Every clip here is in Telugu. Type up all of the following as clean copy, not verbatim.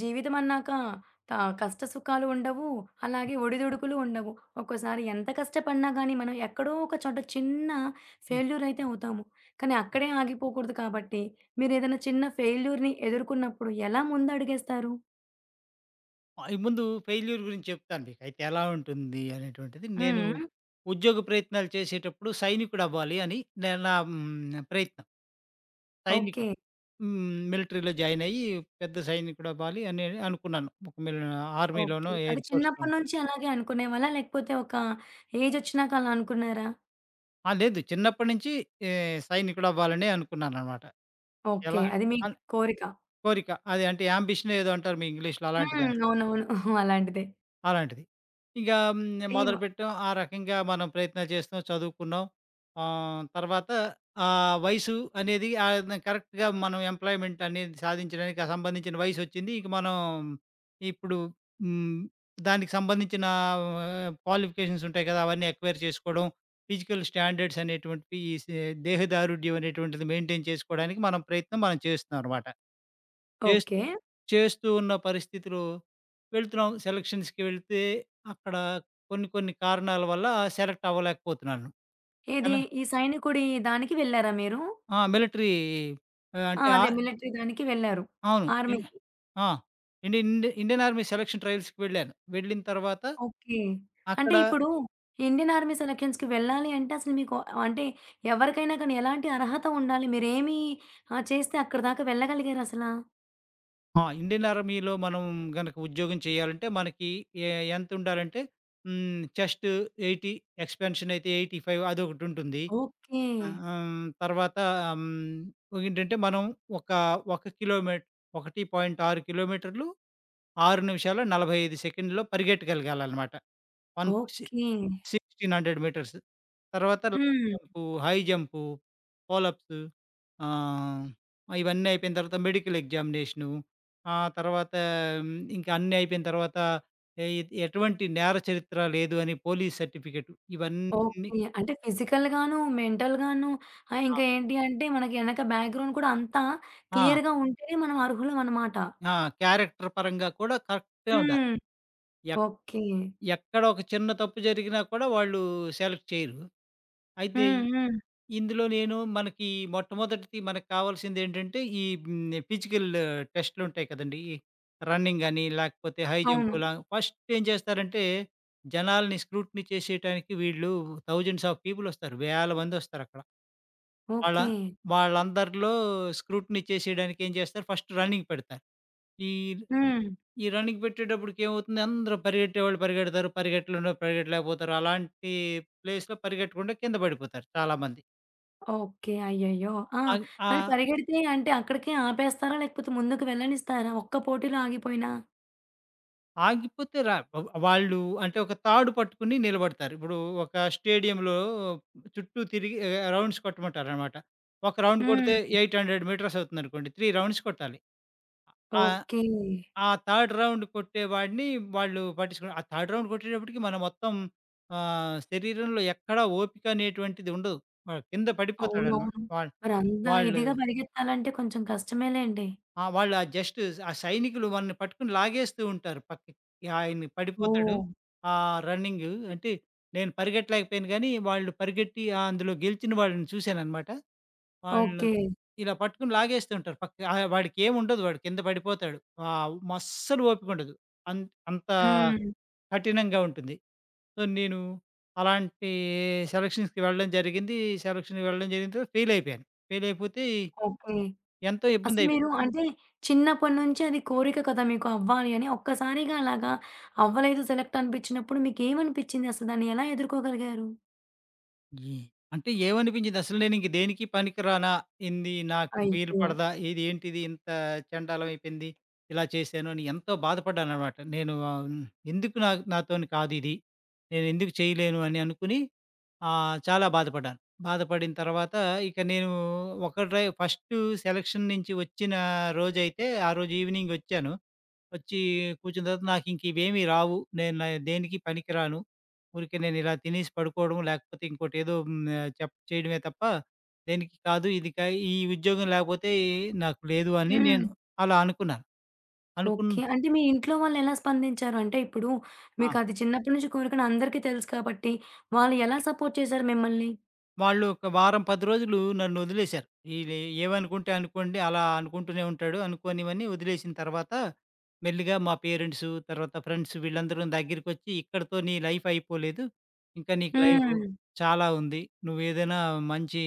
జీవితం అన్నాక త కష్ట సుఖాలు ఉండవు. అలాగే ఒడిదుడుకులు ఉండవు. ఒక్కోసారి ఎంత కష్టపడినా గానీ, మనం ఎక్కడో ఒక చోట చిన్న హ్మ్. ఫెయిల్యూర్ అయితే అవుతాము. కానీ అక్కడే ఆగిపోకూడదు కాబట్టి, మీరేదైనా చిన్న ఫెయిల్యూర్‌ని ఎదుర్కొన్నప్పుడు ఎలా ముందడుగేస్తారు? ముందు ఫెయిల్యూర్ గురించి చెప్తాను మీకు. అయితే ఎలా ఉంటుంది అనేటువంటిది. నేను హ్మ్. ఉద్యోగ ప్రయత్నాలు చేసేటప్పుడు సైనికుడవ్వాలి అని నేను నా హ్మ్. ప్రయత్నం. ఓకే. సైనికుడు. హ్మ్. మిలిటరీలో జాయిన్ అయ్యి పెద్ద సైనికుడవ్వాలి అని అనుకున్నాను. ఒక మిల్ ఓకే. ఆర్మీలోనో, అది ఎయిర్ చిన్నప్పటి ఫోర్స్‌లోనో. నుంచి అలాగే అనుకునేవాళ్ళా? లేకపోతే ఒక ఏజొచ్చినాక అలా అనుకున్నారా? ఆ! లేదు, చిన్నప్పటి నుంచి ఏ సైనికుడవ్వాలనే అనుకున్నాననమాట. ఓకే. ఎలా అది మీ అన్ కోరిక. కోరిక. అది అంటే యాంబిషన్ ఏదో అంటారు మీ ఇంగ్లీష్‌లో, అలాంటిది. హ్మ్. అవునవును. అలాంటిదే. అలాంటిది. ఇక హ్మ్. డ్రీమ్. మొదలుపెట్టాం. ఆ రకంగా మనం ప్రయత్నాలు చేస్తున్నాం, చదువుకున్నాం. తర్వాత ఆ వయసు అనేది, కరెక్ట్‌గా మనం ఎంప్లాయ్‌మెంట్ అనేది సాధించడానికి ఆ సంబంధించిన వయసొచ్చింది. ఇక మనం ఇప్పుడు హ్మ్. దానికి సంబంధించిన క్వాలిఫికేషన్స్ ఉంటాయి కదా! అవన్నీ ఎక్వైర్ చేసుకోవడం. ఫిజికల్ స్టాండర్డ్స్ అనేటువంటివి, ఈ సే దేహదారుఢ్యం అనేటువంటిది మెయింటైన్ చేసుకోవడానికి మనం ప్రయత్నం చేస్తున్నామనమాట. ఓకే. చేస్తూ చేస్తూ ఉన్న పరిస్థితిలో వెళ్తున్నాం. సెలక్షన్స్‌కి వెళ్తే అక్కడ కొన్ని కొన్ని కారణాల వల్ల సెలెక్ట్ అవ్వలేకపోతున్నాను. ఏది? ఎలా ఈ సైనికుడి దానికి వెళ్లారా మీరు? ఆ! మిలిటరీ, ఆహ్, ఆ! అంటే అదే ఆహ్, మిలిటరీ దానికి వెళ్లారు. అవును. ఆర్మీకి. ఆ! ఇండి ఇండి ఇండియన్ ఆర్మీ సెలక్షన్ ట్రయల్స్‌కి వెళ్ళాను. వెళ్ళిన తర్వాత ఓకే. అంటే అక్కడ ఇప్పుడు ఇండియన్ ఆర్మీ సెలక్షన్స్‌కి వెళ్ళాలి అంటే అసలు మీకు అంటే ఎవరికైనా కానీ ఎలాంటి అర్హత ఉండాలి? మీరేమి చేస్తే అక్కడి దాకా వెళ్ళగలిగారసలా? ఆ! ఇండియన్ ఆర్మీలో మనం గనక ఉద్యోగం చేయాలంటే మనకి ఎ ఎంతుండాలంటే చెస్ట్ 80, ఎక్స్‌పాన్షన్ అయితే 85, అదొకటుంటుంది. ఓకే. ఆహ్, హ్మ్. తర్వాత ఏంటంటే మనం ఒక, ఒక కిలోమీటర్, 1.6 కిలోమీటర్లు 6 నిమిషాల 45 సెకండ్‌లో పరిగెట్టగలగాలనమాట. One C okay. 1600 మీటర్స్. తర్వాత long hmm. Jump, high jump, pull ups, ah, ఇవన్నీ అయిపోయిన తర్వాత మెడికల్ ఎగ్జామినేషను. ఆ తర్వాత హ్మ్. ఇంకా అన్నీ అయిపోయిన తర్వాత ఎ ఎటువంటి నేర చరిత్ర లేదు అని పోలీస్ సర్టిఫికేట్, ఇవన్నీ. ఓకే. అంటే ఫిజికల్‌గాను, మెంటల్‌గాను ఆ! ఇంకా ఏంటి అంటే మనకి వెనక బ్యాక్‌గ్రౌండ్ కూడా అంతా ఆ! క్లియర్‌గా ఉంటేనే మనం అర్హులం అన్నమాట. ఆ! క్యారెక్టర్ పరంగా కూడా కరెక్ట్‌గా ఉండాలి. హ్మ్. ఎక్ ఓకే. ఎక్కడ ఒక చిన్న తప్పు జరిగినా కూడా వాళ్ళు సెలెక్ట్ చేయరు. అయితే హ్మ్. హ్మ్. ఇందులో నేను, మనకి మొట్టమొదటిది మనకు కావాల్సిందేంటంటే, ఈ ఫిజికల్ టెస్ట్‌లుంటాయి కదండీ! ఈ రన్నింగ్ అని, లేకపోతే హై అవును. జంప్ లా. ఫస్ట్ ఏం చేస్తారంటే జనాల్ని స్క్రూటినీ చేసేయటానికి, వీళ్ళు థౌసండ్స్ ఆఫ్ పీపుల్ వస్తారు. వేల మందొస్తారక్కడ. వాళ్ళ ఓకే. వాళ్ళందరిలో స్క్రూటినీ చేసేయడానికి ఏం చేస్తారు, ఫస్ట్ రన్నింగ్ పెడతారు. ఈ హ్మ్. ఈ రన్నింగ్ పెట్టేటప్పటికి ఏమవుతుంది, అందరూ పరిగెట్టేవాళ్ళు పరిగెడతారు, పరిగెట్టలేనోళ్ళు పరిగెట్టలేకపోతారు. అలాంటి ప్లేస్‌లో పరిగెట్టకుండా కింద పడిపోతారు చాలామంది. ఓకే. అయ్యయ్యో! ఆ! ఆగ్ మరి ఆహ్, పరిగెడితే అంటే అక్కడికే ఆపేస్తారా? లేకపోతే ముందుకు వెళ్ళనిస్తారా? ఒక్క పోటీలో ఆగిపోయినా? ఆగిపోతే రా వ్ వాళ్ళు అంటే ఒక తాడు పట్టుకుని నిలబడతారు. ఇప్పుడు ఒక స్టేడియంలో చుట్టూ తిరిగి, రౌండ్స్ కొట్టమంటారనమాట. ఒక రౌండ్ హ్మ్. కొడితే 800 మీటర్స్ అవుతుందనుకోండి. 3 రౌండ్స్ కొట్టాలి. ఆ! ఓకే. ఆ థర్డ్ రౌండ్ కొట్టేవాడిని వాళ్ళు పట్టించుకున్నారు. ఆ థర్డ్ రౌండ్ కొట్టేటప్పటికి మన మొత్తం శరీరంలో ఎక్కడా ఓపిక అనేటువంటిది ఉండదు. కింద పడిపోతాడనమాట. అవునవును. మరంత వాళ్ళు వాళ్ళు ఇదిగా పరిగెత్తాలంటే కొంచెం కష్టమేలెండి. ఆ! వాళ్ళు ఆ జస్ట్ ఆ సైనికులు మనల్ని పట్టుకొని లాగేస్తూ ఉంటారు పక్కకి. ఆయన పడిపోతాడు. ఓహ్! ఆ రన్నింగ్ అంటే, నేను పరిగెట్టలేకపోయాను గానీ, వాళ్ళు పరిగెట్టి అందులో గెలిచిన వాళ్ళని చూశాననమాట. వాళ్ళు ఓకే. ఇలా పట్టుకొని లాగేస్తూ ఉంటారు పక్కకి. వాడికేముండదు, వాడు కింద పడిపోతాడు. అస్సలు ఓపికుండదు. అన్ అంత హ్మ్. అంత కఠినంగా ఉంటుంది. సో, నేను అలాంటి సెలక్షన్స్‌కి వెళ్ళడం జరిగింది. సెలక్షన్‌కి వెళ్ళడం జరిగిన తర్వాత ఫెయిల్ అయిపోయాను. ఫెయిల్ అయిపోతే ఓకే. ఎంతో అసలు ఇబ్బందయిపోయింది. మీరు అంటే చిన్నప్పటి నుంచి అది కోరిక కదా! మీకు అవ్వాలి అని. ఒక్కసారిగా అలాగా అవ్వలేదు సెలెక్ట్ అనిపించినప్పుడు మీకేమనిపించింది? అసలు దాన్ని ఎలా ఎదుర్కోగలిగారు? ఏ అంటే ఏమనిపించింది? అసలు నేనింక దేనికి పనికిరానా? ఇంది నాకు వీలు అయ్యో! పడదా? ఇది ఏంటిది, ఇంత చెండాలం అయిపోయింది. ఇలా చేశాను అని ఎంతో బాధపడ్డాననమాట. నేను, ఎందుకు నాతోని కాదిది, నేనెందుకు చేయలేను అని అనుకుని, చాలా బాధపడ్డాను. బాధపడిన తర్వాత ఇక నేను ఒక డ్రై ఫస్టు సెలక్షన్ నుంచి వచ్చిన రోజైతే ఆ రోజు ఈవినింగ్ ఒచ్చాను. వచ్చి కూర్చున్న తర్వాత నాకింక ఇవేమీ రావు, నేను దేనికి పనికిరాను. ఊరికే నేనిలా తినేసి పడుకోవడం, లేకపోతే ఇంకోటి ఏదో హ్మ్, ఆహ్, చెప్ చేయడమే తప్ప దేనికి కాదు. ఇది కా ఈ ఉద్యోగం లేకపోతే నాకు లేదు అని హ్మ్. నేను అలా అనుకున్నాను. అనుకున్ ఓకే. అంటే మీ ఇంట్లో వాళ్ళెలా స్పందించారు? అంటే ఇప్పుడు ఆ! మీకది చిన్నప్పటి నుంచి కోరికని అందరికీ తెలుసు కాబట్టి, వాళ్ళు ఎలా సపోర్ట్ చేశారు మిమ్మల్ని? వాళ్ళు ఒక వారం, 10 రోజులు నన్నొదిలేశారు. ఈడే ఏమనుకుంటే అనుకోండి, అలా అనుకుంటూనే ఉంటాడు. అనుకోనివన్నీ వదిలేసిన తర్వాత, మెల్లిగా మా పేరెంట్సు, తర్వాత ఫ్రెండ్స్ వీళ్ళందరూ దగ్గరికొచ్చి, "ఇక్కడితో నీ లైఫ్ అయిపోలేదు. ఇంకా నీకు లైఫ్ హ్మ్. చాలా ఉంది. నువ్వేదైనా మంచి,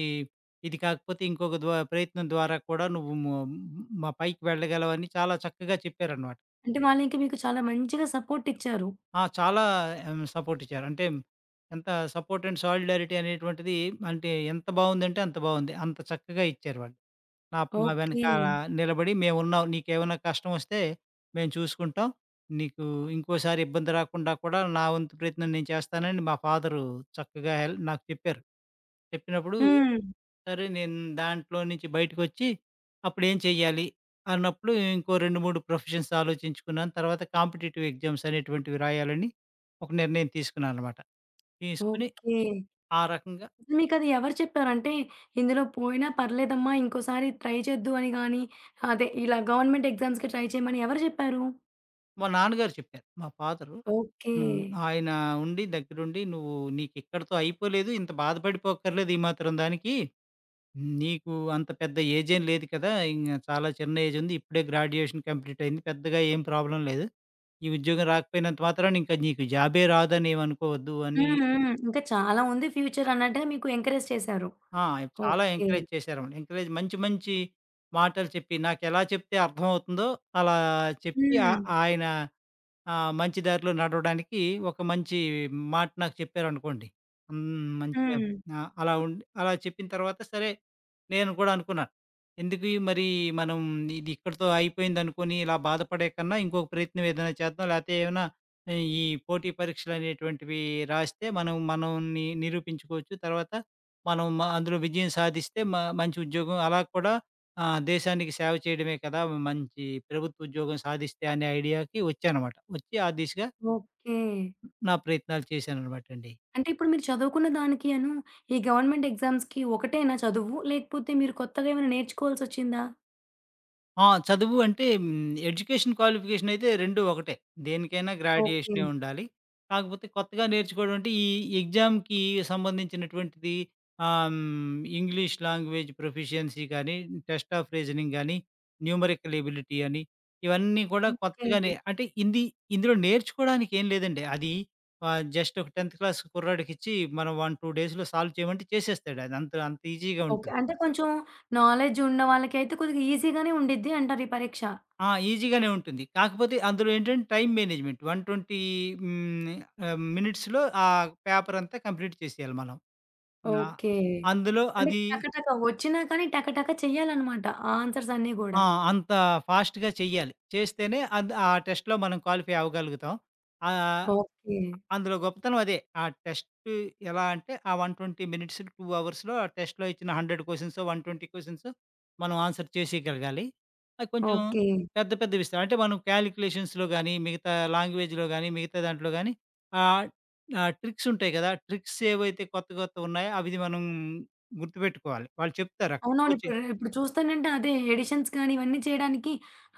ఇది కాకపోతే ఇంకొక ప్రయత్నం ద్వారా కూడా నువ్వు మా పైకి వెళ్ళగలవని" చాలా చక్కగా చెప్పారనమాట. అంటే వాళ్ళు ఇంక మీకు చాలా మంచిగా సపోర్ట్ ఇచ్చారు. ఆ! చాలా సపోర్ట్ ఇచ్చారు. అంటే ఎంత సపోర్ట్ అండ్ సాలిడారిటీ అనేటువంటిది, అంటే ఎంత బావుందంటే అంత బావుంది. అంత చక్కగా ఇచ్చారు వాళ్ళు. నా నా ఓకే. వెనకాల నిలబడి మేమున్నాం, నీకేమైనా కష్టం వస్తే మేము చూసుకుంటాం, నీకు ఇంకోసారి ఇబ్బంది రాకుండా కూడా నా వంతు ప్రయత్నం నేను చేస్తానని మా ఫాదరు చక్కగా నాకు చెప్పారు. చెప్పినప్పుడు, హ్మ్. సరే నేను దాంట్లో నుంచి బయటకొచ్చి, అప్పుడేం చెయ్యాలి? అన్నప్పుడు ఇంకో 2, 3 ప్రొఫెషన్స్ ఆలోచించుకున్నాను. తర్వాత కాంపిటీటివ్ ఎగ్జామ్స్ అనేటువంటివి రాయాలని ఒక నిర్ణయం తీసుకున్నాననమాట. తీసుకొని ఓకే. ఆ రకంగా అసలు మీకది ఎవరు చెప్పారు? అంటే ఇందులో పోయినా పర్లేదమ్మా ఇంకోసారి ట్రై చేద్దు అని గాని, అదే ఇలా గవర్నమెంట్ ఎగ్జామ్స్‌కి ట్రై చేయమని ఎవరు చెప్పారు? మా నాన్నగారు చెప్పారు. మా ఫాదరు ఓకే. హ్మ్. ఆయన దగ్గరుండి, "నువ్వు నీకిక్కడితో అయిపోలేదు. ఇంత బాధపడిపోక్కర్లేదు ఈ మాత్రం దానికి. నీకు అంత పెద్ద ఏజేం లేదు కదా! ఇంగ చాలా చిన్న ఏజుంది. ఇప్పుడే గ్రాడ్యుయేషన్ కంప్లీట్ అయింది. పెద్దగా ఏం ప్రాబ్లమ్ లేదు. ఈ ఉద్యోగం రాకపోయినంత మాత్రాన ఇంక నీకు జాబే రాదని ఏమనుకోవద్దు" అని. హ్మ్. హ్మ్. ఇంకా చాలా ఉంది ఫ్యూచర్ అన్నట్టుగా మీకు ఎంకరేజ్ చేశారు. ఆ! చాలా ఓకే. ఎంకరేజ్ చేశారమండి. ఎంకరేజ్, మంచి మంచి మాటలు చెప్పి, నాకెలా చెప్తే అర్థమవుతుందో అలా చెప్పి, ఆ హ్మ్. ఆయన ఆ! మంచి దారిలో నడవడానికి ఒక మంచి మాట నాకు చెప్పారనుకోండి. మంచిగా. హ్మ్. ఆ! అలా ఉండి అలా చెప్పిన తర్వాత సరే నేను కూడా అనుకున్నాను. ఎందుకు ఈ మరి మనం ఇది ఇక్కడితో అయిపోయిందనుకోని ఇలా బాధపడే కన్నా ఇంకొక ప్రయత్నం ఏదైనా చేద్దాం. లేతే ఏమైనా ఆ, ఈ పోటీ పరీక్షలనేటువంటివి రాస్తే మనం మనల్ని నిరూపించుకోవచ్చు. తర్వాత మనం అందులో విజయం సాధిస్తే మంచి ఉద్యోగం అలా కూడా. ఆ! దేశానికి సేవ చేయడమే కదా! మంచి ప్రభుత్వ ఉద్యోగం సాధిస్తే అనే ఐడియాకి వచ్చాననమాట. వచ్చి ఆ దిశగా ఓకే. నా ప్రయత్నాలు చేశాననమాటండి. అంటే ఇప్పుడు మీరు చదువుకున్న దానికి అను, ఈ గవర్నమెంట్ ఎగ్జామ్స్‌కి ఒకటేనా చదువు? లేకపోతే మీరు కొత్తగా ఏమైనా నేర్చుకోవాల్సొచ్చిందా? ఆ! చదువు అంటే ఎడ్యుకేషన్ క్వాలిఫికేషన్ అయితే 2 ఒకటే. దేనికైనా ఓకే. గ్రాడ్యుయేషనే ఉండాలి. కాకపోతే కొత్తగా నేర్చుకోవడం అంటే ఈ ఎగ్జామ్‌కి సంబంధించినటువంటిది, ఆహ్, హ్మ్. ఇంగ్లీష్ లాంగ్వేజ్ ప్రొఫిషియన్సీ కానీ, టెస్ట్ ఆఫ్ రీజనింగ్ గాని, న్యూమరికల్ ఎబిలిటీ అని, ఇవన్నీ కూడా ఓకే. కొత్తగానే. అంటే ఇందులో నేర్చుకోవడానికి ఏం లేదండి. అది జస్ట్ ఒక 10థ్ క్లాస్ కుర్రాడికిచ్చి మనం 1, 2 డేస్‌లో సాల్వ్ చేయమంటే చేసేస్తాడు. అది అంత అంత ఈజీగా ఓకే. ఉంటుంది. అంటే కొంచెం నాలెడ్జ్ ఉన్న వాళ్ళకైతే కొద్దిగా ఈజీగానే ఉండిద్ది అంటారు ఈ పరీక్ష. ఆ! ఈజీగానే ఉంటుంది. కాకపోతే అందులో ఏంటంటే టైమ్ మేనేజ్‌మెంట్. 120, హ్మ్, మినిట్స్‌లో ఆ పేపర్ అంతా కంప్లీట్ చేసేయాలి మనం. ఆ! ఓకే. అందులో అంటే అది టకటక వచ్చినా కానీ టకటక చేయాలనమాట ఆన్సర్స్ అన్నీ గూడా. ఆ! అంత ఫాస్ట్‌గా చెయ్యాలి. చేస్తేనే ఆ టెస్ట్‌లో మనం క్వాలిఫై అవ్వగలుగుతాం. ఆహ్ ఓకే. అందులో గొప్పతనం అదే. ఆ టెస్ట్ ఎలా అంటే, ఆ 120 మినిట్స్, 2 అవర్స్‌లో ఆ టెస్ట్‌లో ఇచ్చిన 100 క్వెషన్సో, 120 క్వెషన్సో మనం ఆన్సర్ చేసేయగలగాలి. అది కొంచెం ఓకే. పెద్దవి ఇస్తారు. అంటే మనం క్యాలిక్యులేషన్స్‌లో గాని, మిగతా లాంగ్వేజ్‌లో గాని, మిగతా దాంట్లో గాని ఆహ్, ఆహ్, ట్రిక్స్ ఉంటాయి కదా! ట్రిక్స్ ఏవైతే కొత్తవున్నాయో అవిది మనం గుర్తుపెట్టుకోవాలి. వాళ్ళు చెప్తారు అక్కడ అవునవును. ఇప్పుడు కోచింగ్. ఇప్పుడు చూస్తేనంటే అదే ఎడిషన్స్ కానీ ఇవన్నీ చేయడానికి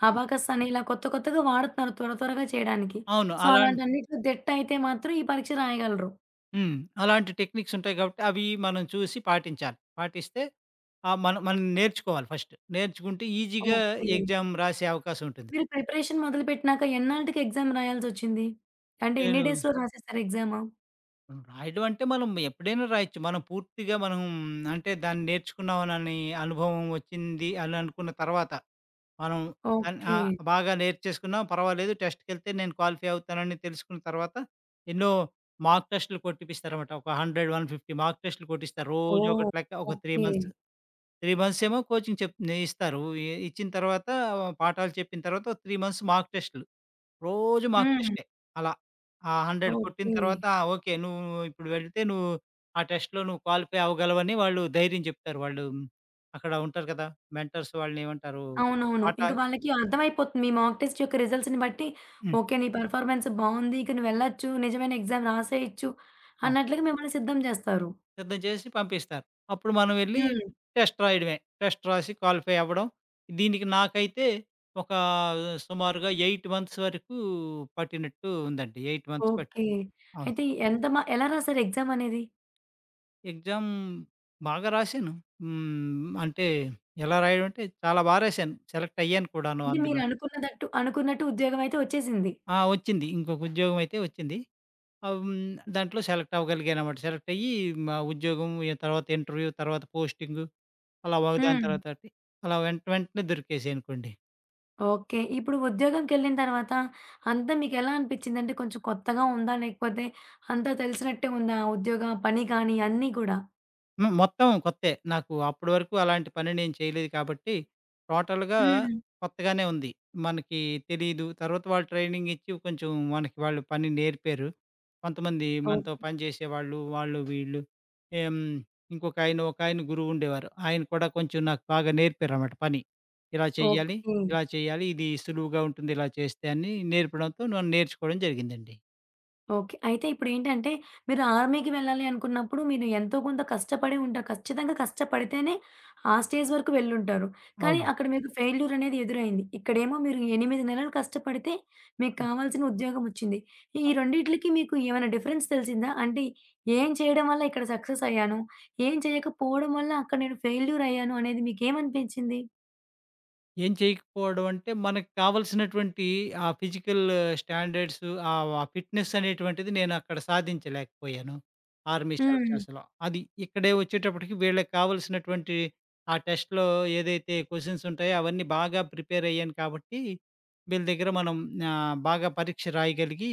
అబాకస్ అని ఇలా కొత్త కొత్తగా వాడుతున్నారు త్వరగా చేయడానికి. అవును. సో, హ్మ్. అలా అలాంటి అన్నిట్లో దిట్ట అయితే మాత్రం ఈ పరీక్ష రాయగలరు. హ్మ్. అలాంటి టెక్నిక్స్ ఉంటాయి కాబట్టి అవి మనం చూసి పాటించాలి. పాటిస్తే మనం మనం నేర్చుకోవాలి ఫస్ట్. నేర్చుకుంటే ఈజీగా ఓకే. ఎగ్జామ్ రాసే అవకాశం ఉంటుంది. మీరు ప్రిపరేషన్ మొదలుపెట్టినాక ఎన్నాళ్ళకి ఎగ్జామ్ రాయాల్సొచ్చింది? అంటే ఎన్ని నేను, డేస్‌లో రాసేసారు ఎగ్జాము? రాయడం అంటే మనం ఎప్పుడైనా రాయొచ్చు. మనం పూర్తిగా అంటే దాన్ని నేర్చుకున్నామనని అనుభవం వచ్చింది అని అనుకున్న తర్వాత మనం ఓకే. బాగా నేర్చేసుకున్నాం పర్వాలేదు, టెస్ట్‌కెళ్తే నేను క్వాలిఫై అవుతానని తెలుసుకున్న తర్వాత, ఎన్నో మార్క్ టెస్ట్‌లు కొట్టిపిస్తారన్నమాట. ఒక 100, 150 మార్క్ టెస్ట్‌లు కొట్టిస్తారు. రోజు ఓహ్! ఒకటి లెక్క ఒక 3 ఓకే. మంత్స్. 3 మంత్స్ ఏమో కోచింగ్ చెప్ నే ఇస్తారు. ఇచ్చిన తర్వాత పాఠాలు చెప్పిన తర్వాత ఓ 3 మంత్స్ మాక్ టెస్ట్‌లు. రోజు మాక్ హ్మ్. టెస్టే అలా. ఆ 100 కొట్టిన ఓకే. తర్వాత ఆ! ఓకే, నువ్వు ఇప్పుడు వెళితే నువ్వు ఆ టెస్ట్‌లో నువ్వు క్వాలిఫై అవ్వగలవని వాళ్ళు ధైర్యం చెప్తారు. వాళ్ళు అక్కడ ఉంటారు కదా! మెంటర్స్ వాళ్ళనేమంటారు? అవునవును. ఇంక పాఠాలు. వాళ్ళకి అర్థమైపోతుంది. మీ మాక్ టెస్ట్ యొక్క రిజల్ట్స్‌ని బట్టి, హ్మ్. ఓకే. నీ పెర్ఫార్మన్స్ బావుంది. ఇక నువ్వెళ్ళొచ్చు. నిజమైన ఎగ్జామ్ రాసేయొచ్చు ఆ! అన్నట్లుగా మిమ్మల్ని సిద్ధం చేస్తారు. సిద్ధం చేసి పంపిస్తారు. అప్పుడు మనం వెళ్ళి హ్మ్. టెస్ట్ రాయడమే. టెస్ట్ రాసి క్వాలిఫై అవ్వడం. దీనికి నాకైతే ఒక సుమారుగా 8 మంత్స్ వరకు పట్టినట్టు ఉందండి. 8 మంత్స్ పట్టి. ఓకే. అవును. అయితే ఎంత మా ఎలా రాసారు ఎగ్జామ్ అనేది? ఎగ్జామ్ బాగా రాశాను. అంటే ఎలా రాయడం అంటే చాలా రాశాను. సెలెక్ట్ అయ్యాను కూడాను అంటే అందులో. అనుకున్నట్టు ఉద్యోగం అయితే వచ్చేసింది. ఆ! వచ్చింది. ఇంకొక ఉద్యోగం అయితే వచ్చింది. ఆహ్, హ్మ్. దాంట్లో సెలెక్ట్ అవ్వగలిగానన్నమాట. సెలెక్ట్ అయ్యి మా ఉద్యోగం, ఇక తర్వాత ఇంటర్వ్యూ, తర్వాత పోస్టింగు, అలా ఒకదాని హ్మ్. తర్వాత ఒకటి, అలా వెంట వెంటనే దొరికేసాయనుకోండి. ఓకే. ఇప్పుడు ఉద్యోగంకెళ్ళిన తర్వాత అంతా మీకెలా అనిపిచ్చింది? అంటే కొంచెం కొత్తగా ఉందా? లేకపోతే అంతా తెలిసినట్టే ఉందా? ఉద్యోగ పని కానీ అన్నీ కూడా? హ్మ్. మొత్తం కొత్తే. నాకు అప్పటి వరకు అలాంటి పని నేను చేయలేదు కాబట్టి, టోటల్‌గా హ్మ్. కొత్తగానే ఉంది. మనకి తెలీదు. తర్వాత వాళ్ళు ట్రైనింగ్ ఇచ్చి కొంచెం మనకి వాళ్ళు పని నేర్పారు. కొంతమంది మనతో ఓకే. పని చేసేవాళ్ళు, వాళ్ళు వీళ్ళు. హ్మ్. ఇంకొక ఆయన, ఒకాయన గురువుండేవారు. ఆయన కూడా కొంచెం నాకు బాగా నేర్పారన్నమాట పని. ఇలా చెయ్యాలి, ఓకే. ఇలా చేయాలి, ఇది సులువుగా ఉంటుంది ఇలా చేస్తే అని నేర్పడంతో నన్ను నేర్చుకోవడం జరిగిందండి. ఓకే. అయితే ఇప్పుడేంటంటే, మీరు ఆర్మీకి వెళ్ళాలి అనుకున్నప్పుడు మీరు ఎంతో కొంత కష్టపడే ఉంటారు. ఖచ్చితంగా కష్టపడితేనే ఆ స్టేజ్ వరకు వెళ్ళుంటారు. కానీ అవును. అక్కడ మీకు ఫెయిల్యూర్ అనేది ఎదురైంది. ఇక్కడేమో మీరు 8 నెలలు కష్టపడితే మీకు హ్మ్. కావాల్సిన ఉద్యోగం వచ్చింది. ఈ ఈ రెండిట్లకి మీకు ఏమైనా డిఫరెన్స్ తెలిసిందా? అంటే ఏం చేయడం వల్ల ఇక్కడ సక్సెస్ అయ్యాను, ఏం చేయకపోవడం వల్ల అక్కడ నేను ఫెయిల్యూర్ అయ్యాను అనేది మీకేమనిపించింది? ఏం చేయకపోవడం అంటే, మనకు కావాల్సినటువంటి ఆ ఫిజికల్ స్టాండర్డ్స్, ఆ ఫిట్‌నెస్ అనేటువంటిది నేనక్కడ సాధించలేకపోయాను ఆర్మీ హ్మ్. సెలక్షన్స్‌లో. అది ఇక్కడే వచ్చేటప్పటికి వీళ్ళకి కావాల్సినటువంటి ఆ టెస్ట్‌లో ఏదైతే క్వెషన్స్ ఉంటాయో అవన్నీ బాగా ప్రిపేర్ అయ్యాను కాబట్టి, వీళ్ళ దగ్గర మనం బాగా పరీక్ష రాయగలిగి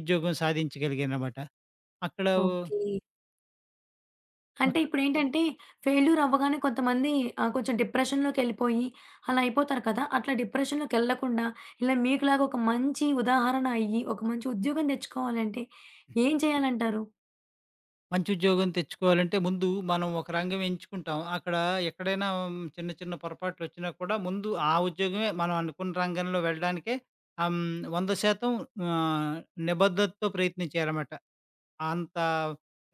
ఉద్యోగం సాధించగలిగాననమాట. అక్కడ ఓకే. అంటే అక్కడ ఇప్పుడేంటంటే, ఫెయిల్యూర్ అవ్వగానే కొంతమంది కొంచెం డిప్రెషన్‌లోకెళ్ళిపోయి అలా అయిపోతారు కదా! అట్లా డిప్రెషన్‌లోకెళ్ళకుండా, ఇలా మీకులాగా ఒక మంచి ఉదాహరణ అయ్యి, ఒక మంచి ఉద్యోగం తెచ్చుకోవాలంటే ఏం చేయాలంటారు? మంచి ఉద్యోగం తెచ్చుకోవాలంటే ముందు మనం ఒక రంగం ఎంచుకుంటాం. అక్కడ ఎక్కడైనా చిన్న చిన్న పొరపాట్లొచ్చినా కూడా ముందు ఆ ఉద్యోగమే మనం అనుకున్న రంగంలో వెళ్ళడానికే 100% ఆహ్, నిబద్ధతతో ప్రయత్నం చేయాలన్నమాట. అంత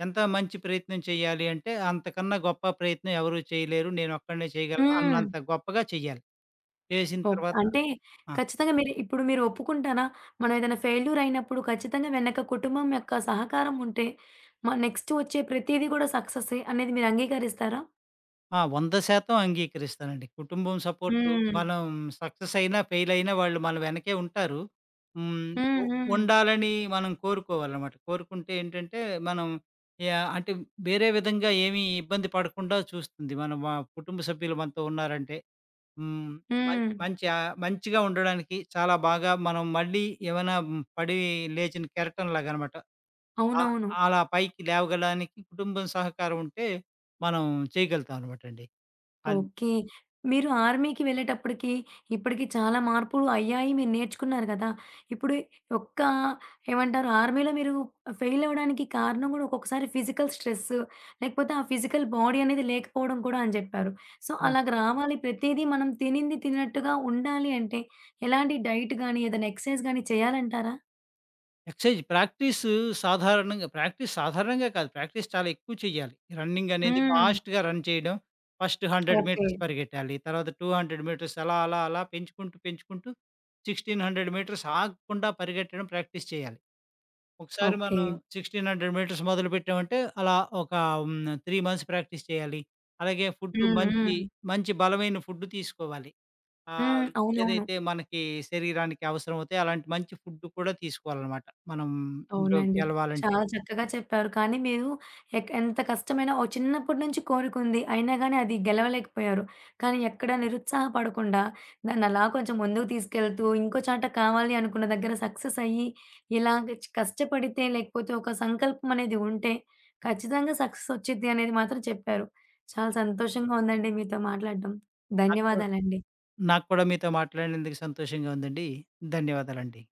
ఎంత మంచి ప్రయత్నం చేయాలి అంటే అంతకన్నా గొప్ప ప్రయత్నం ఎవరు చేయలేరు, నేనొక్కడినే చేయగలను హ్మ్. అన్నంత గొప్పగా చేయాలి. చేసిన ఓకే. తర్వాత అంటే ఆ! ఖచ్చితంగా మీరు ఒప్పుకుంటారా? మనం ఏదైనా ఫెయిల్యూర్ అయినప్పుడు ఖచ్చితంగా వెనక కుటుంబం యొక్క సహకారం ఉంటే, నెక్స్ట్ వచ్చే ప్రతీది కూడా సక్సెస్సే అనేది మీరు అంగీకరిస్తారా? ఆ! 100% అంగీకరిస్తానండి. కుటుంబం సపోర్టు, హ్మ్. మనం సక్సెస్ అయినా, ఫెయిల్ అయినా వాళ్ళు మన వెనకే ఉంటారు. హ్మ్. హ్మ్. ఉ హ్మ్. ఉండాలని మనం కోరుకోవాలన్నమాట. కోరుకుంటే ఏంటంటే, మనం యాహ్! అంటే వేరే విధంగా ఏమీ ఇబ్బంది పడకుండా చూస్తుంది, మన కుటుంబ సభ్యులు మనతో ఉన్నారంటే. హ్మ్. హ్మ్. మంచి, మంచిగా ఉండడానికి చాలా బాగా మనం మళ్ళీ ఏమైనా పడి లేచిన కెరటంలాగనమాట. ఆహ్, అవునవును. అలా పైకి లేవగలడానికి కుటుంబం సహకారం ఉంటే, మనం చేయగలుగుతాం అనమాటండి. అది ఓకే. మీరు ఆర్మీకి వెళ్ళేటప్పటికి, ఇప్పటికి చాలా మార్పులు అయ్యాయి. మీరు నేర్చుకున్నారు కదా! ఇప్పుడు ఒక్క ఏమంటారు ఆర్మీలో మీరు ఫెయిల్ అవ్వడానికి కారణం గూడా ఒక్కొక్కసారి ఫిజికల్ స్ట్రెస్, లేకపోతే ఆ ఫిజికల్ బాడీ అనేది లేకపోవడం కూడా అని జెప్పారు. సో, అవును. అలాగ రావాలి ప్రతీదీ మనం తినింది తిన్నట్టుగా ఉండాలి అంటే, ఎలాంటి డైట్ గాని, ఏదైనా ఎక్సర్సైజ్ గాని చేయాలంటారా? ఎక్సర్సైజ్ ప్రాక్టీసు సాధారణంగా, ప్రాక్టీస్ సాధారణంగా కాదు, ప్రాక్టీస్ చాలా ఎక్కువ చేయాలి. రన్నింగ్ అనేది హ్మ్. ఫాస్ట్‌గా రన్ చేయడం. First 100 okay. మీటర్స్ పరిగెట్టాలి. తర్వాత 200 మీటర్స్, అలా, అలా, అలా పెంచుకుంటూ, పెంచుకుంటూ 1600 మీటర్స్ ఆగకుండా పరిగెట్టడం ప్రాక్టీస్ చేయాలి. ఒకసారి ఓకే. మనం 1600 మీటర్స్ మొదలుపెట్టామంటే అలా ఒక హ్మ్. 3 మంత్స్ ప్రాక్టీస్ చేయాలి. అలాగే ఫుడ్డు హ్మ్. మంచి, హ్మ్. మంచి బలమైన ఫుడ్డు తీసుకోవాలి. ఆ! హ్మ్. అవునవును. ఏదైతే మనకి శరీరానికి అవసరమవుతాయో అలాంటి మంచి ఫుడ్ కూడా తీసుకోవాలనమాట మనం ఇందులో అవునండి. గెలవాలంటే. చాలా చక్కగా చెప్పారు. కానీ మీరు ఎంత కష్టమైనా ఓ చిన్నప్పటి నుంచి కోరికుంది. అయినా గాని అది గెలవలేకపోయారు. కానీ ఎక్కడ నిరుత్సాహపడకుండా దాన్నలా కొంచెం ముందుకు తీసుకెళ్తూ ఇంకో చాట కావాలి అనుకున్న దగ్గర సక్సెస్ అయ్యి ఇలాగ కష్టపడితే లేకపోతే ఒక సంకల్పం అనేది ఉంటే ఖచ్చితంగా సక్సెస్ ఒచ్చిద్ది అనేది మాత్రం చెప్పారు. చాలా సంతోషంగా ఉందండి మీతో మాట్లాడడం. నాకు ధన్యవాదాలండి. నాకు కూడా మీతో మాట్లాడినందుకు సంతోషంగా ఉందండి. ధన్యవాదాలండి.